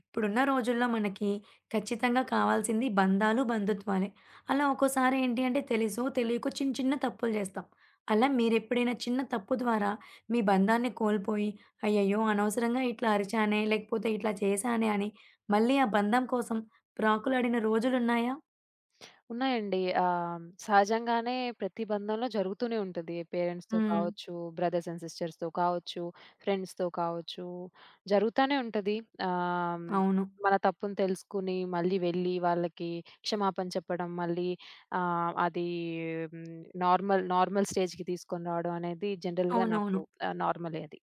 ఇప్పుడున్న రోజుల్లో మనకి ఖచ్చితంగా కావాల్సింది బంధాలు, బంధుత్వాలే. అలా ఒక్కోసారి ఏంటి అంటే తెలుసో, తెలియకో చిన్న చిన్న తప్పులు చేస్తాం. అలా మీరెప్పుడైనా చిన్న తప్పు ద్వారా మీ బంధాన్ని కోల్పోయి, అయ్యయ్యో! అనవసరంగా ఇట్లా అరిచానే, లేకపోతే ఇట్లా చేశానే అని మళ్ళీ ఆ బంధం కోసం ప్రాకులాడిన రోజులున్నాయా? ఉన్నాయండి. సహజంగానే ప్రతి బంధంలో జరుగుతూనే ఉంటది. పేరెంట్స్‌తో హ్మ్. కావచ్చు, బ్రదర్స్ అండ్ సిస్టర్స్‌తో కావచ్చు, ఫ్రెండ్స్‌తో కావచ్చు, జరుగుతానే ఉంటది. ఆహ్, అవును. మన తప్పును తెలుసుకుని, మళ్ళీ వెళ్ళి వాళ్ళకి క్షమాపణ చెప్పడం, మళ్ళీ అది హ్మ్, నార్మల్, నార్మల్ స్టేజ్‌కి తీసుకొని రావడం అనేది జనరల్‌గా నాకు అవునవును. నార్మలే అది.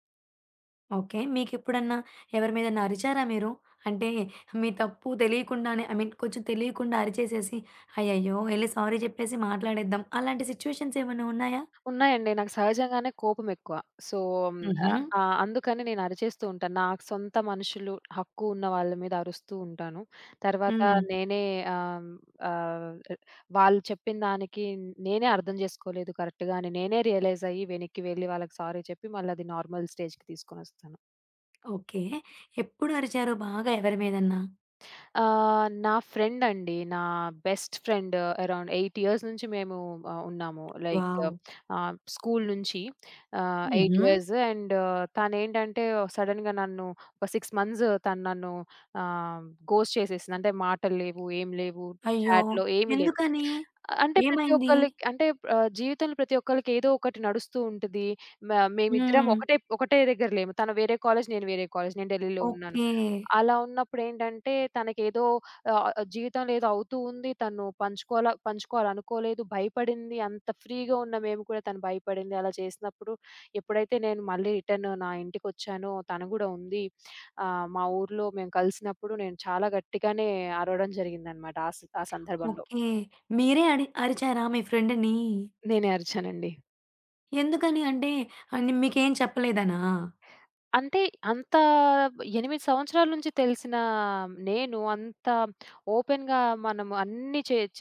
ఓకే. మీకెప్పుడన్నా ఎవరి మీదన్నా అరిచారా మీరు? అంటే మీ తప్పు తెలియకుండానే ఐ మీన్ కొంచెం తెలియకుండా అరిచేసేసి, అయ్యయ్యో! ఎళ్లి సారీ చెప్పేసి మాట్లాడేద్దాం. అలాంటి సిట్యుయేషన్స్ ఏమన్నా ఉన్నాయా? ఉన్నాయండి. నాకు సహజంగానే కోపమెక్కువ. సో, హ్మ్, హుహు. అందుకని నేను అరిచేస్తూ ఉంటాను. నాకు సొంత మనుషులు, హక్కు ఉన్న వాళ్ళ మీద అరుస్తూ ఉంటాను. తర్వాత హ్మ్. నేనే ఆహ్, ఆహ్, వాళ్ళు చెప్పిన దానికి నేనే అర్థం చేసుకోలేదు కరెక్ట్‌గా అని నేనే రియలైజ్ అయ్యి వెనక్కి వెళ్లి వాళ్ళకి సారీ చెప్పి మళ్ళీ అది నార్మల్ స్టేజ్‌కి తీసుకొనొస్తాను. ఓకే. ఎప్పుడు అరిచారు బాగా ఎవరి మీదన్నా? నా ఫ్రెండ్ అండి. నా బెస్ట్ ఫ్రెండ్ అరౌండ్ 8 ఇయర్స్ నుంచి మేము ఉన్నాము. Like wow! స్కూల్ నుంచి హుహు. 8 ఇయర్స్ అండ్ తనేంటంటే సడెన్‌గా నన్ను ఒక 6 మంత్స్ తను నన్ను ఆహ్, గోస్ట్ చేసేసింది. అంటే మాటలు లేవు, ఏం లేవు. అయ్యో! చాట్‌లో ఏమీ లేదు. ఎందుకని? అంటే ప్రతి ఏమైంది? ఒక్కళ్ళకి అంటే జీవితంలో ప్రతి ఒక్కళ్ళకి ఏదో ఒకటి నడుస్తూ ఉంటది. మ మేమిద్దరం హ్మ్. ఒకటే ఒకటే దగ్గర లేము. తను వేరే కాలేజ్, నేను వేరే కాలేజ్. నేను ఢిల్లీలో ఉన్నాను. ఓకే. అలా ఉన్నప్పుడేంటంటే తనకేదో ఆహ్, జీవితంలో ఏదో అవుతూ ఉంది. తను పంచుకోవాలనుకోలేదు. భయపడింది. అంత ఫ్రీగా ఉన్న మేము కూడా తను భయపడింది. అలా చేసినప్పుడు ఎప్పుడైతే నేను మళ్ళీ రిటర్న్ నా ఇంటికొచ్చానో తను గూడా ఉంది. మా ఊర్లో మేము కలిసినప్పుడు నేను చాలా గట్టిగానే అరవడం జరిగిందనమాట. ఆ సందర్భంలో ఓకే. మీరే అరిచారా మీ ఫ్రెండ్‌ని? నేనే అరిచానండి. ఎందుకని? అంటే మీకేం చెప్పలేదనా? అంటే అంత 8 సంవత్సరాల నుంచి తెలిసిన నేను అంత ఓపెన్‌గా మనము అన్నీ చే చ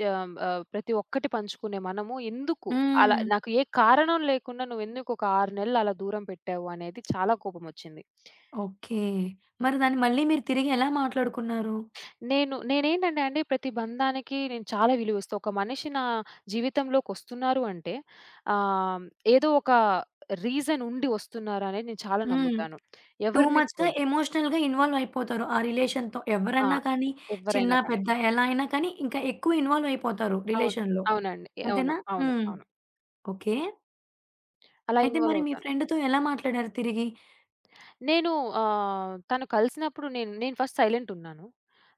ప్రతి ఒక్కటి పంచుకునే మనము ఎందుకు అలా హ్మ్. నాకు ఏ కారణం లేకుండా నువ్వెందుకు ఒక 6 నెలలు అలా దూరం పెట్టావు అనేది చాలా కోపమొచ్చింది. ఓకే. మరి దాన్ని మళ్ళీ మీరు తిరిగి ఎలా మాట్లాడుకున్నారు? నేనేంటంటే అండి ప్రతి బంధానికి నేను చాలా విలువిస్తా. ఒక మనిషి నా జీవితంలోకొస్తున్నారు అంటే ఆహ్, ఏదో ఒక రీజన్ ఉండి వస్తున్నారనేది నేను చాలా హ్మ్. నమ్ముతాను. టూ ఎవరిని మచ్‌గా కోల్పు ఎమోషనల్‌గా ఇన్వాల్వ్ అయిపోతారు ఆ రిలేషన్‌తో. ఆ! ఎవరన్నా కానీ, చిన్న, ఎవ్వరైనా కానీ. పెద్ద ఎలా అయినా కానీ ఇంకా ఎక్కువ ఇన్వాల్వ్ అయిపోతారు అవును. రిలేషన్‌లో. అవునండి. అంతేనా? హ్మ్. అవును. ఓకే. అలా అయితే ఇన్వాల్వ్ మరి మీ అవుతాను. ఫ్రెండ్‌తో ఎలా మాట్లాడారు తిరిగి? నేను తను కలిసినప్పుడు నేను నేను ఫస్ట్ సైలెంట్ ఉన్నాను.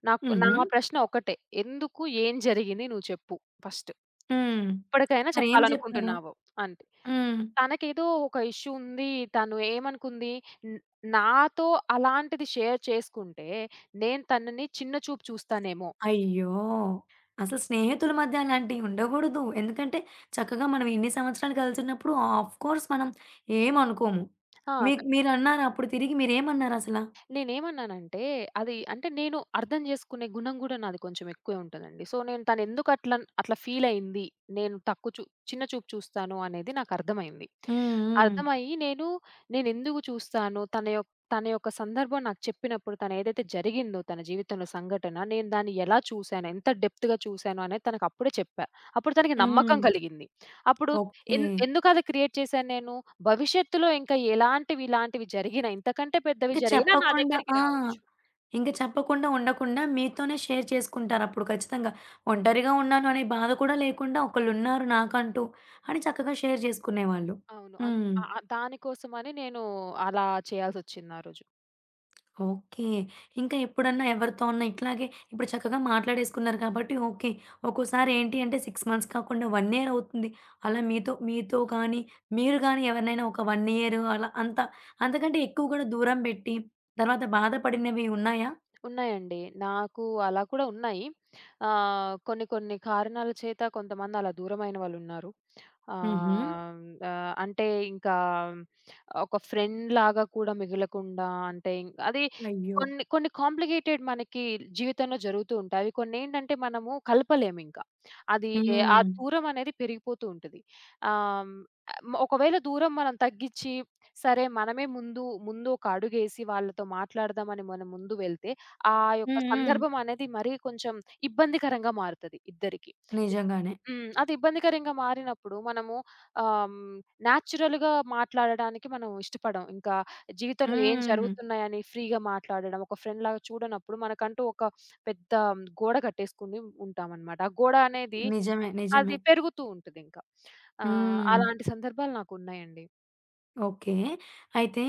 నాకు నా హుహు. ప్రశ్న ఒకటే. "ఎందుకు? ఏం జరిగింది? నువ్వు చెప్పు ఫస్ట్. హ్మ్. ఇప్పటికైనా మరేం జెప్పారు? చెప్పాలనుకుంటున్నావు." అంతే. హ్మ్. తనకేదో ఒక ఇష్యూ ఉంది. తను ఏమనుకుంది న్ నాతో అలాంటిది షేర్ చేసుకుంటే, నేను తనని చిన్న చూపు చూస్తానేమో. అయ్యో! అసలు స్నేహితుల మధ్య అలాంటియి ఉండగూడదు. ఎందుకంటే, చక్కగా మనం ఇన్ని సంవత్సరాలు కలిసున్నప్పుడు ఆఫ్‌కోర్స్ మనం ఏమనుకోము. ఆ! మీకు మీరన్నారా? అప్పుడు తిరిగి మీరేమన్నారసల? నేనేమన్నానంటే, అది అంటే నేను అర్థం జేసుకునే గుణం గూడా నాది కొంచెం ఎక్కువే ఉంటదండి. సో, నేను తనెందుకు అట్లా అట్లా ఫీలయింది, నేను తక్కువ చూ చిన్న చూపు చూస్తాను అనేది నాకర్థమైంది. హ్మ్. హ్మ్. అర్థమయ్యి నేను నేనెందుకు చూస్తాను, తన యొక్క సందర్భం నాకు చెప్పినప్పుడు తనేదైతే జరిగిందో తన జీవితంలో సంఘటన, నేను దాన్ని ఎలా చూసాను, ఎంత డెప్త్‌గా చూసాను అనేది తనకప్పుడే చెప్పా. అప్పుడు తనకి నమ్మకం హ్మ్. కలిగింది. అప్పుడు ఓకే. ఎందుకది క్రియేట్ చేశాను నేను? భవిష్యత్తులో ఇంకా ఇలాంటివి జరిగినా, ఇంతకంటే పెద్దవి ఇంక జరిగినా నా చెప్పకుండా దగ్గరికి ఆ! రావచ్చు. ఇంక చెప్పకుండా ఉండకుండా మీతోనే షేర్ చేసుకుంటారప్పుడు ఖచ్చితంగా. ఒంటరిగా ఉన్నాను అనే బాధ కూడా లేకుండా ఒకళ్ళున్నారు నాకంటూ అని చక్కగా షేర్ జేసుకునేవాళ్ళు. అవును. హ్మ్. దానికోసమని నేను అలా చేయాల్సొచ్చింది ఆ రోజు. ఓకే. ఇంకా ఎప్పుడన్నా ఎవరితో అన్నా ఇట్లాగే ఇప్పుడు చక్కగా మాట్లాడేసుకున్నారు కాబట్టి ఓకే. ఒక్కోసారి ఏంటి అంటే 6 మంత్స్ కాకుండా 1 ఇయర్ అవుతుంది. అలా మీతో మీతో కానీ, మీరు గానీ ఎవరినైనా ఒక 1 ఇయర్ అలా అంత అంతకంటే ఎక్కువ కూడా దూరం పెట్టి తర్వాత బాధపడినవి ఉన్నాయా? ఉన్నాయండి. నాకు అలా కూడా ఉన్నాయి. కొన్ని కొన్ని కారణాల చేత కొంతమంది అలా దూరమైన వాళ్ళున్నారు. హుహు. ఆహ్, ఆహ్, అంటే ఇంకా ఒక ఫ్రెండ్‌లాగా కూడా మిగలకుండా అంటే అది అయ్యో! కొన్ని కొన్ని కాంప్లికేటెడ్ మనకి జీవితంలో జరుగుతూ ఉంటాయి. అవి కొన్నేంటంటే మనము కలపలేమింకా. అది ఆ హ్మ్. దూరం అనేది పెరిగిపోతూ ఉంటది. ఆహ్, ఒకవేళ దూరం మనం తగ్గిచ్చి, సరే మనమే ముందు ముందు ఒక అడుగేసి వాళ్ళతో మాట్లాడదామని మనం ముందు వెళ్తే ఆ యొక్క హ్మ్. హ్మ్. సందర్భం అనేది మరీ కొంచెం ఇబ్బందికరంగా మారుతది ఇద్దరికీ. నిజంగానే. హ్మ్. అది ఇబ్బందికరంగా మారినప్పుడు మనము ఆహ్, నేచురల్‌గా మాట్లాడడానికి మనం ఇష్టపడం. ఇంకా జీవితంలో ఏం హ్మ్. జరుగుతున్నాయని ఫ్రీగా మాట్లాడడం, ఒక ఫ్రెండ్‌లాగా చూడనప్పుడు మనకంటూ ఒక పెద్ద గోడ కట్టేసుకొని ఉంటామనమాట. ఆ గోడ అనేది నిజమే. నిజమే. అది పెరుగుతూ ఉంటదింకా. హ్మ్. అలాంటి సందర్భాలు నాకున్నాయండి. ఓకే. అయితే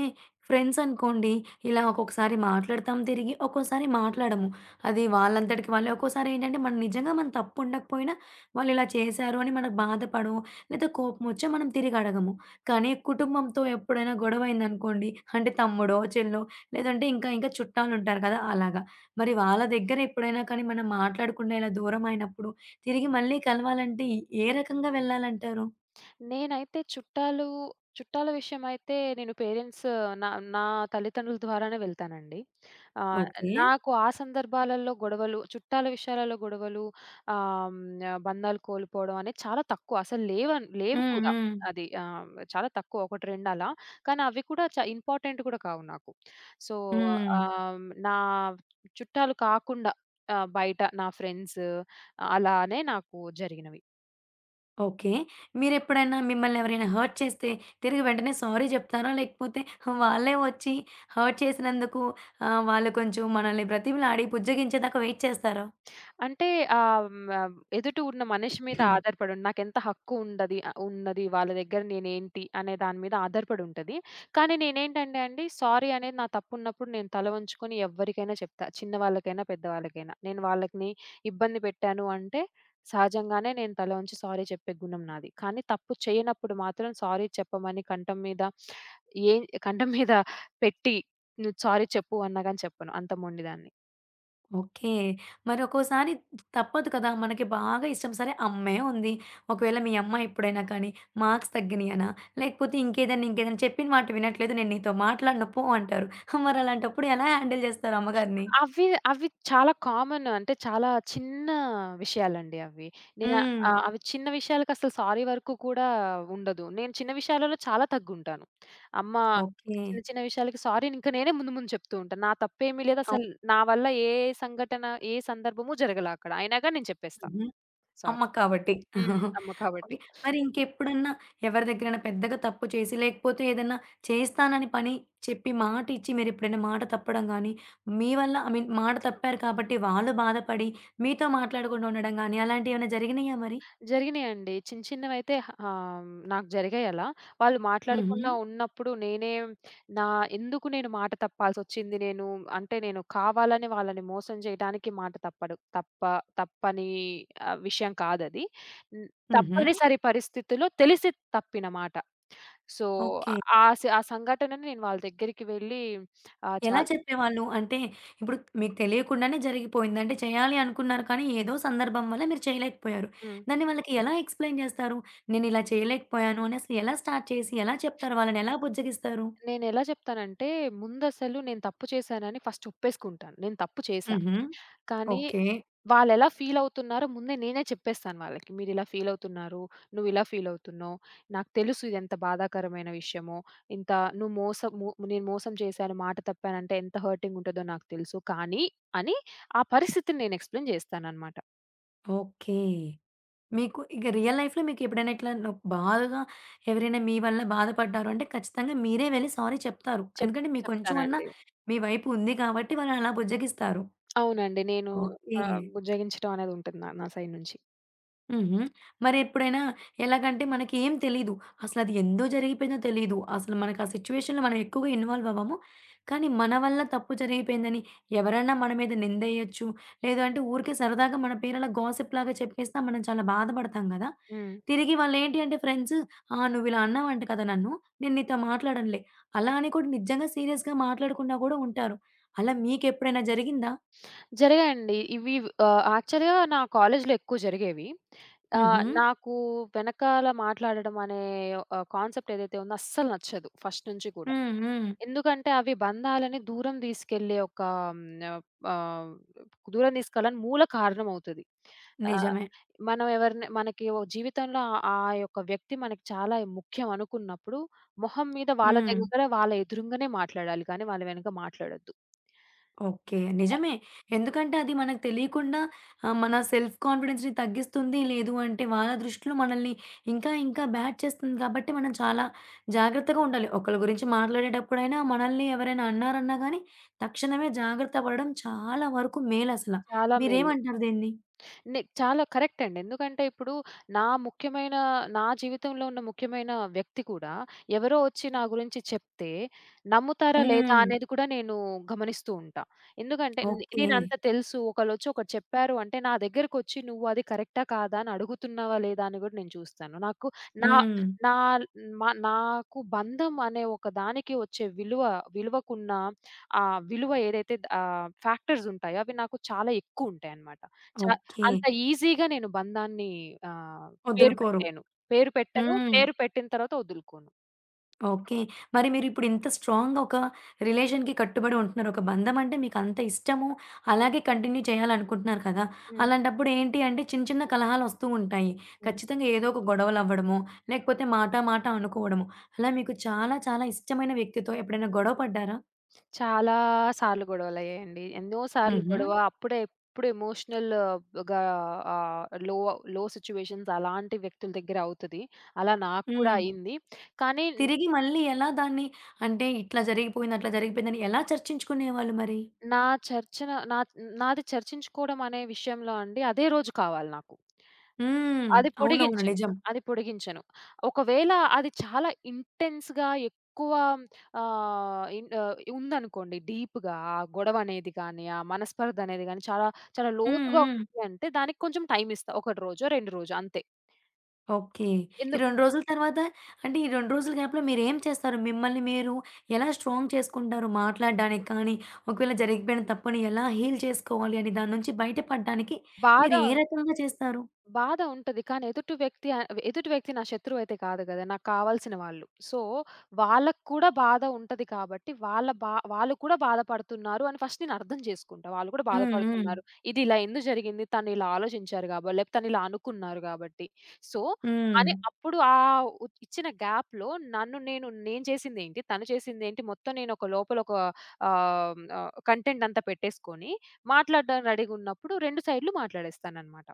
ఫ్రెండ్స్ అనుకోండి, ఇలా ఒక్కొక్కసారి మాట్లాడతాం తిరిగి, ఒక్కోసారి మాట్లాడము. అది వాళ్ళంతటికి వాళ్ళే. ఒక్కోసారి ఏంటంటే, మనం నిజంగా మన తప్పు ఉండకపోయినా, వాళ్ళు ఇలా చేశారు అని మనకు బాధపడో, లేదా కోపమొచ్చో మనం తిరిగి అడగము. కానీ కుటుంబంతో ఎప్పుడైనా గొడవయిందనుకోండి, అంటే తమ్ముడో, చెల్లో లేదంటే ఇంకా ఇంకా చుట్టాలుంటారు కదా! అలాగా. మరి వాళ్ళ దగ్గర ఎప్పుడైనా కానీ మనం మాట్లాడకుండా ఇలా దూరమైనప్పుడు, తిరిగి మళ్ళీ కలవాలంటే ఏ రకంగా వెళ్ళాలంటారు? నేనైతే చుట్టాలు చుట్టాల విషయమైతే నేను పేరెంట్స్ నా నా తల్లిదండ్రుల ద్వారానే వెళ్తానండి. ఆహ్, ఓకే. నాకు ఆ సందర్భాలలో గొడవలు, చుట్టాల విషయాలలో గొడవలు ఆహ్, హ్మ్. బంధాలు కోల్పోవడం అనేది చాలా తక్కువ. అసలు లేవు హ్మ్. కూడా. హ్మ్. అది చాలా తక్కువ. 1, 2 అలా. కానీ అవి కూడా ఇంపార్టెంట్ కూడా కావు నాకు. సో, హ్మ్. ఆహ్, నా చుట్టాలు కాకుండా బయట నా ఫ్రెండ్స్ అలానే నాకు జరిగినవి. ఓకే. మీరెప్పుడైనా మిమ్మల్ని ఎవరైనా హర్ట్ చేస్తే తిరిగి వెంటనే సారీ జెప్తారా? లేకపోతే వాళ్ళే వచ్చి హర్ట్ చేసినందుకు వాళ్ళు కొంచెం మనల్ని బ్రతిమిలాడి బుజ్జగించేదాకా వెయిట్ చేస్తారా? అంటే ఎదుట ఉన్న మనిషి మీద ఆధారపడి నాకెంత హక్కు ఉండది ఉన్నది వాళ్ళ దగ్గర నేనేంటి అనే దాని మీద ఆధారపడి ఉంటది. కానీ నేనేంటంటే అండి, సారీ అనేది నా తప్పు ఉన్నప్పుడు నేను తల వంచుకొని ఎవ్వరికైనా చెప్తా. చిన్నవాళ్ళకైనా, పెద్దవాళ్ళకైనా. నేను వాళ్ళని ఇబ్బంది పెట్టాను అంటే సహజంగానే నేను తల వంచి సారీ చెప్పే గుణం నాది. కానీ తప్పు చేయనప్పుడు మాత్రం సారీ చెప్పమని ఏ కంఠం మీద పెట్టి నువ్వు సారీ చెప్పు అన్నా గాని చెప్పను. అంత మొండిదాన్ని. ఓకే. మరి ఒక్కోసారి తప్పదు కదా! మనకి బాగా ఇష్టం సరే అమ్మే ఉంది. ఒకవేళ మీ అమ్మ ఎప్పుడైనా కానీ మార్క్స్ తగ్గినియనా? లేకపోతే ఇంకేదైనా చెప్పిన మాట వినట్లేదు నేను నీతో మాట్లాడను పో అంటారు. మరలాంటప్పుడు ఎలా హ్యాండిల్ జేస్తారు అమ్మగారిని? అవి, అవి చాలా కామన్. అంటే చాలా చిన్న విషయాలండి అవి. నేను హ్మ్. అవి చిన్న విషయాలకసలు సారీ వరకు కూడా ఉండదు. నేను చిన్న విషయాలలో చాలా తగ్గుంటాను. అమ్మ ఓకే. చిన్న చిన్న విషయాలకి సారీ ఇంక నేనే ముందు ముందు చెప్తూ ఉంటాను. నా తప్పేమీ లేదు. అసలు నా వల్ల ఏ సంఘటన, ఏ సందర్భము జరగల అక్కడ. అయినా గాని నేను చెప్పేస్తా అవును. సారీ. అమ్మ కాబట్టి. హ్మ్. అమ్మ కాబట్టి. ఓకే. మరి ఇంకెప్పుడన్నా ఎవరి దగ్గరైనా పెద్దగా తప్పు చేసి, లేకపోతే ఏదన్నా చేస్తానని పని చెప్పి, మాట ఇచ్చి మీరెప్పుడైనా మాట తప్పడం గానీ, మీ వల్ల ఐ మీన్ మాట తప్పారు కాబట్టి వాళ్ళు బాధపడి మీతో మాట్లాడకుండా ఉండడం గానీ, అలాంటియేమైనా జరిగినాయా మరి? జరిగినాయండి. చిన్న చిన్నవైతే నాకు జరిగాయి అలా. వాళ్ళు హుహు. మాట్లాడకుండా ఉన్నప్పుడు నేనే నా ఎందుకు నేను మాట తప్పాల్సొచ్చింది నేను అంటే నేను కావాలని వాళ్ళని మోసం చేయడానికి మాట తప్పడు తప్ప తప్పని ఆహ్, విషయం కాదది. హ్మ్. హుహు. తప్పనిసరి పరిస్థితిలో తెలిసి తప్పిన మాట. So, okay. ఆ సంఘటనని నేను వాళ్ళ దగ్గరికి వెళ్ళి ఆహ్, ఎలా చాల్ చెప్పేవాళ్ళు? అంటే ఇప్పుడు మీకు తెలియకుండానే జరిగిపోయింది. అంటే చేయాలి అనుకున్నారు కానీ ఏదో సందర్భం వల్ల మీరు చేయలేకపోయారు. హ్మ్. దాన్ని వాళ్ళకి ఎలా ఎక్స్‌ప్లెయిన్ జేస్తారు? నేనిలా చేయలేకపోయాను అని అసలు ఎలా స్టార్ట్ చేసి ఎలా చెప్తారు? వాళ్ళని ఎలా బుజ్జగిస్తారు? నేనెలా చెప్తానంటే ముందసలు నేను తప్పు చేశానని ఫస్ట్ ఒప్పేసుకుంటాను. నేను తప్పు చేశా. హుహు. కానీ ఓకే. వాళ్ళెలా ఫీలవుతున్నారో ముందే నేనే చెప్పేస్తాను వాళ్ళకి. మీరిలా ఫీలవుతున్నారు, నువ్విలా ఫీలవుతున్నావు, నాకు తెలుసు ఇదెంత బాధాకరమైన విషయమో, ఇంత నువ్వు మోసం ము నేను మోసం చేశాను, మాట తప్పానంటే ఎంత హర్టింగుంటదో నాకు తెలుసు. కానీ అని ఆ పరిస్థితిని నేను ఎక్స్‌ప్లెయిన్ చేస్తాననమాట. ఓకే. మీకు ఇక రియల్ లైఫ్‌లో మీకెప్పుడైనా ఇట్లా న బాధగా ఎవరైనా మీ వల్ల బాధపడ్డారు అంటే ఖచ్చితంగా మీరే వెళ్లి సారీ చెప్తారు. చెప్ ఎందుకంటే మీకు కొంచెం అన్నా చెప్తానండి. మీ వైపు ఉంది కాబట్టి వాళ్ళనలా బుజ్జగిస్తారు. అవునండి. ఓకే. బుజ్జగించడం అనేదుంటది నా నా సైడ్ నుంచి. హుహు. మరెప్పుడైనా ఎలాగంటే మనకేం తెలీదు. అసలది ఎందో జరిగిపోయిందో తెలీదు. అసలు మనకా సిట్యుయేషన్‌లో మనం ఎక్కువగా ఇన్వాల్వ్ అవ్వము. కానీ మన వల్ల తప్పు జరిగిపోయిందని ఎవరన్నా మన మీద నిందేయొచ్చు. లేదు అంటే ఊరికే సరదాగా మన పేరు అలా గాసిప్ లాగా చెప్పేసినా మనం చాలా బాధపడతాం గదా! హ్మ్. తిరిగి వాళ్ళేంటి అంటే ఫ్రెండ్స్ "ఆ! నువ్విలా అన్నావంట కదా నన్ను. నేను నీతో మాట్లాడనులే." అలా అని కూడా నిజంగా సీరియస్‌గా మాట్లాడకుండా గూడా ఉంటారు. అలా మీకెప్పుడైనా జరిగిందా? జరిగాయండి. ఇవి యాక్చువల్‌గా నా కాలేజ్‌లో ఎక్కువ జరిగేవి. హుహు. నాకు వెనకాల మాట్లాడడం అనే కాన్సెప్ట్ ఏదైతే ఉందో అస్సలు నచ్చదు ఫస్ట్ నుంచి కూడా. హ్మ్. హ్మ్. ఎందుకంటే అవి బంధాలని దూరం తీసుకెళ్ళే ఒక హ్మ్, ఆహ్, దూరం తీసుకెళ్ళడానికి మూల కారణం అవుతది. ఆహ్, నిజమే. మనం ఎవరిని మనకి ఓ జీవితంలో ఆ యొక్క వ్యక్తి మనకి చాలా ముఖ్యం అనుకున్నప్పుడు, మొహం మీద వాళ్ళ హ్మ్. దగ్గర వాళ్ళ ఎదురుంగానే మాట్లాడాలి కానీ వాళ్ళ వెనక మాట్లాడొద్దు. ఓకే. నిజమే. ఎందుకంటే అది మనకు తెలియకుండా మన సెల్ఫ్ కాన్ఫిడెన్స్‌ని తగ్గిస్తుంది. లేదు అంటే వాళ్ళ దృష్టిలో మనల్ని ఇంకా ఇంకా బ్యాడ్ చేస్తుంది కాబట్టి మనం చాలా జాగ్రత్తగా ఉండాలి. ఒకళ్ళ గురించి మాట్లాడేటప్పుడైనా మనల్ని ఎవరైనా అన్నారన్నా గానీ తక్షణమే జాగ్రత్త పడడం చాలా వరకు మేలసల. చాలా మేలు. మీరేమంటారు దీన్ని? చాలా కరెక్ట్ అండి. ఎందుకంటే ఇప్పుడు నా ముఖ్యమైన నా జీవితంలో ఉన్న ముఖ్యమైన వ్యక్తి కూడా ఎవరో వచ్చి నా గురించి చెప్తే నమ్ముతారా లేదా హ్మ్. అనేది కూడా నేను గమనిస్తూ ఉంటా. ఎందుకంటే ఓకే. నేనంత తెలుసు ఒకళ్ళొచ్చి ఒకటి చెప్పారు అంటే నా దగ్గరకొచ్చి "నువ్వు అది కరెక్టా? కాదా? అని అడుగుతున్నావా? లేదా?" అని కూడా నేను చూస్తాను. నాకు నా హ్మ్. హ్మ్. నా మ నాకు బంధం అనే ఒక దానికి వచ్చే విలువ విలువకున్న ఆ విలువ ఏదైతే ఫ్యాక్టర్స్ ఉంటాయో అవి నాకు చాలా ఎక్కువుంటాయన్నమాట. చా ఓకే. అంత ఈజీగా నేను బంధాన్ని ఆహ్, పేరు వదులుకోరు. పెట్టాను. పేరు పెట్టను. హ్మ్. పేరు పెట్టిన తర్వాత వదులుకోను. ఓకే. మరి మీరిప్పుడు ఇంత స్ట్రాంగ్‌గా ఒక రిలేషన్‌కి కట్టుబడి ఉంటున్నారు. ఒక బంధం అంటే మీకంత ఇష్టము, అలాగే కంటిన్యూ చేయాలనుకుంటున్నారు కదా! హ్మ్. అలాంటప్పుడు ఏంటి అంటే చిన్న చిన్న కలహాలొస్తూ ఉంటాయి. హ్మ్. ఖచ్చితంగా ఏదో ఒక గొడవలవ్వడము, లేకపోతే మాట మాట అనుకోవడము. అలా మీకు చాలా చాలా ఇష్టమైన వ్యక్తితో ఎప్పుడైనా గొడవ పడ్డారా? చాలా సార్లు గొడవలయ్యాయండి. ఎన్నో సార్లు హుహు. గొడవ. అప్పుడే ఎప్పుడు ఎమోషనల్‌గా ఆహ్, లో లో సిట్యుయేషన్స్ అలాంటి వ్యక్తుల దగ్గర అవుతది. అలా నాకు కూడా హ్మ్. అయింది. కానీ తిరిగి మళ్ళీ ఎలా దాన్ని అంటే ఇట్లా జరిగిపోయింది, అట్లా జరిగిపోయిందని ఎలా చర్చించుకునేవాళ్ళు మరి? నా చర్చన నా నాది చర్చించుకోవడం అనే విషయంలో అండి అదే రోజు కావాలి నాకు. హ్మ్. అది అవునవును. పొడిగించను. నిజం. అది పొడిగించను. ఒకవేళ అది చాలా ఇంటెన్స్‌గా ఎక్కువ ఉందనుకోండి డీప్‌గా ఆ గొడవనేది గాని, ఆ మనస్పర్ధ అనేది గాని చాలా చాలా హ్మ్. లోతుగా హ్మ్. ఉంది అంటే దానికి కొంచెం టైమ్ ఇస్తా. ఒకటి రోజో, 2 రోజో అంతే. ఓకే. ఈ ఎందు 2 రోజుల తర్వాత అంటే, ఈ 2 రోజుల గ్యాప్‌లో మీరేం చేస్తారు? మిమ్మల్ని మీరు ఎలా స్ట్రాంగ్ చేసుకుంటారు? మాట్లాడడానికి కానీ, ఒకవేళ జరిగిపోయిన తప్పుని ఎలా హీల్ చేసుకోవాలి అని దాని నుంచి బయటపడడానికి బాధ మీరు ఏ రకంగా చేస్తారు? బాధ ఉంటది. కానీ ఎదుటి వ్యక్తి నా శత్రువు అయితే కాదు గదా! నాకు కావాల్సిన వాళ్ళు. సో, వాళ్ళకి కూడా బాధ ఉంటది కాబట్టి, వాళ్ళు కూడా బాధపడుతున్నారు అని ఫస్ట్ నేను అర్థం చేసుకుంటా. వాళ్ళు కూడా హ్మ్. హ్మ్. బాధపడుతున్నారు. ఇది ఇలా ఎందుకు జరిగింది? తను ఇలా ఆలోచించారు గాబ లేకపోతే తను ఇలా అనుకున్నారు గాబట్టి. సో, హ్మ్. అప్పుడు ఆహ్, ఉ ఇచ్చిన గ్యాప్‌లో నేను చేసిందేంటి? తను చేసిందేంటి? మొత్తం నేను ఒక లోపల ఒక ఆహ్, ఆహ్, కంటెంట్ అంతా పెట్టేసుకొని, మాట్లాడడానికి రెడీగున్నప్పుడు 2 సైడ్‌లు మాట్లాడేస్తాననమాట.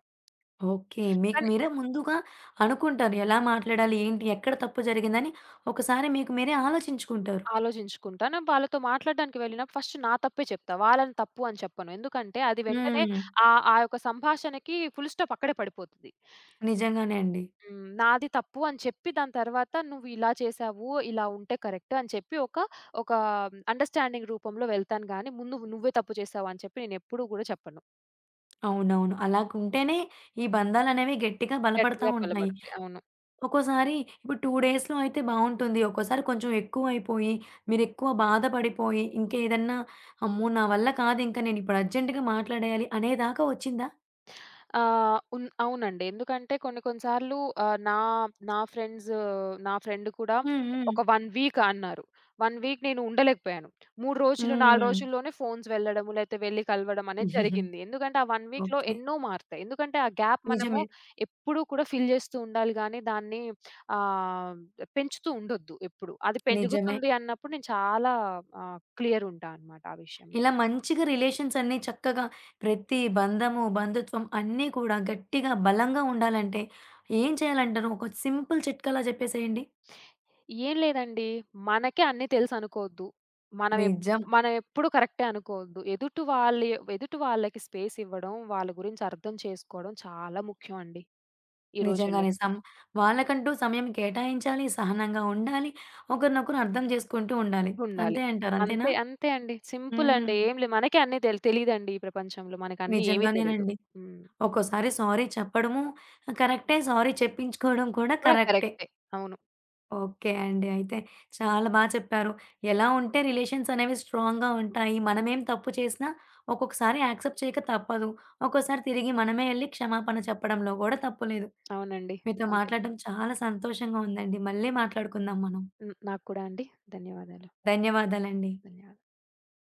ఓకే. మీకు మీరే ముందుగా అనుకుంటారు. ఎలా మాట్లాడాలి? ఏంటి? ఎక్కడ తప్పు జరిగిందని ఒకసారి మీకు మీరే ఆలోచించుకుంటారు. ఆలోచించుకుంటా. నేను వాళ్ళతో మాట్లాడడానికి వెళ్ళినప్పుడు ఫస్ట్ నా తప్పే చెప్తా. వాళ్ళని తప్పు అని చెప్పను. ఎందుకంటే అది వెంటనే హ్మ్. ఆ యొక్క సంభాషణకి ఫుల్ స్టాప్ అక్కడే పడిపోతది. నిజంగానే అండి. హ్మ్. నాది తప్పు అని చెప్పి దాని తర్వాత నువ్వు ఇలా చేసావు, ఇలా ఉంటే కరెక్ట్ అని చెప్పి ఒక అండర్‌స్టాండింగ్ రూపంలో వెళ్తాను గానీ ముందు నువ్వే తప్పు చేసావు అని చెప్పి నేనెప్పుడూ గూడా చెప్పను. అవునవును. అలాగుంటేనే ఈ బంధాలనేవి గట్టిగా బలపడతా గట్టిగా ఉంటాయి. పలబడతాయి. అవును. ఒక్కోసారి ఇప్పుడు 2 డేస్‌లో అయితే బావుంటుంది. ఒక్కోసారి కొంచెం ఎక్కువైపోయి, మీరెక్కువ బాధపడిపోయి, ఇంకేదన్నా అమ్మో! నా వల్ల కాదింక నేనిప్పుడు అర్జెంట్‌గా మాట్లాడేయాలి అనేదాకా వచ్చిందా? ఆహ్, ఉన్ అవునండి. ఎందుకంటే కొన్ని కొన్ని సార్లు ఆహ్, నా నా ఫ్రెండ్స్ నా ఫ్రెండ్ కూడా హ్మ్. హ్మ్. ఒక 1 వీక్ అన్నారు. 1 వీక్ నేను ఉండలేకపోయాను. 3 రోజులు, 4 హ్మ్. రోజుల్లోనే ఫోన్స్ వెళ్ళడము, లేతే వెళ్లి కలవడం అనేది జరిగింది. ఎందుకంటే ఆ 1 వీక్‌లో ఓకే. ఎన్నో మారుతాయి. ఎందుకంటే ఆ గ్యాప్ మనము నిజమే. ఎప్పుడూ కూడా ఫిల్ చేస్తూ ఉండాలి గానీ దాన్ని ఆహ్, పెంచుతూ ఉండొద్దు ఎప్పుడు. అది నిజమే. పెరుగుతుంది అన్నప్పుడు నేను చాలా క్లియర్ ఉంటా అన్నమాట ఆ విషయంలో. ఇలా మంచిగా రిలేషన్స్ అన్నీ చక్కగా ప్రతి బంధము, బంధుత్వం అన్నీ కూడా గట్టిగా, బలంగా ఉండాలంటే ఏం చేయాలంటారు? ఒక సింపుల్ చిట్కాలా చెప్పేసేయండి. ఏం లేదండి. మనకే అన్నీ తెలుసనుకోవద్దు. మనం ఎప్ నిజం. మనం ఎప్పుడు కరెక్టే అనుకోవద్దు. ఎదుటి వాళ్ళకి స్పేస్ ఇవ్వడం, వాళ్ళ గురించి అర్థం చేసుకోవడం చాలా ముఖ్యం అండి ఈ రోజుల్లో. నిజంగానే. సం వాళ్ళకంటూ సమయం కేటాయించాలి, సహనంగా ఉండాలి, ఒకరినొకరు అర్థం చేసుకుంటూ ఉండాలి. ఉండాలి. అంతే అంటారు. అంతేనా? అంతే అండి. సింపుల్ అండి. హ్మ్. ఏం లేదు. మనకే అన్నీ తెలి తెలీదండి ఈ ప్రపంచంలో. మనకన్నీ ఏమీ తెలీదు. నిజంగానేనండి. హ్మ్. ఒక్కోసారి సారీ చెప్పడము కరెక్టే. సారీ చెప్పించుకోవడం కూడా కూడా కరెక్టే. కరెక్టే. అవును. ఓకే అండి. అయితే చాలా బా చెప్పారు. ఎలా ఉంటే రిలేషన్స్ అనేవి స్ట్రాంగ్‌గా ఉంటాయి. మనమేం తప్పు చేసినా ఒక్కొక్కసారి యాక్సెప్ట్ చేయక తప్పదు. ఒక్కోసారి తిరిగి మనమే ఎళ్లి క్షమాపణ చెప్పడంలో గూడా తప్పు లేదు. అవునండి. మీతో అంతే. మాట్లాడడం చాలా సంతోషంగా ఉందండి. మళ్ళీ మాట్లాడుకుందాం మనం. హ్మ్. నాకు కూడా అండి. ధన్యవాదాలు. ధన్యవాదాలండి. ధన్యవాదాలు.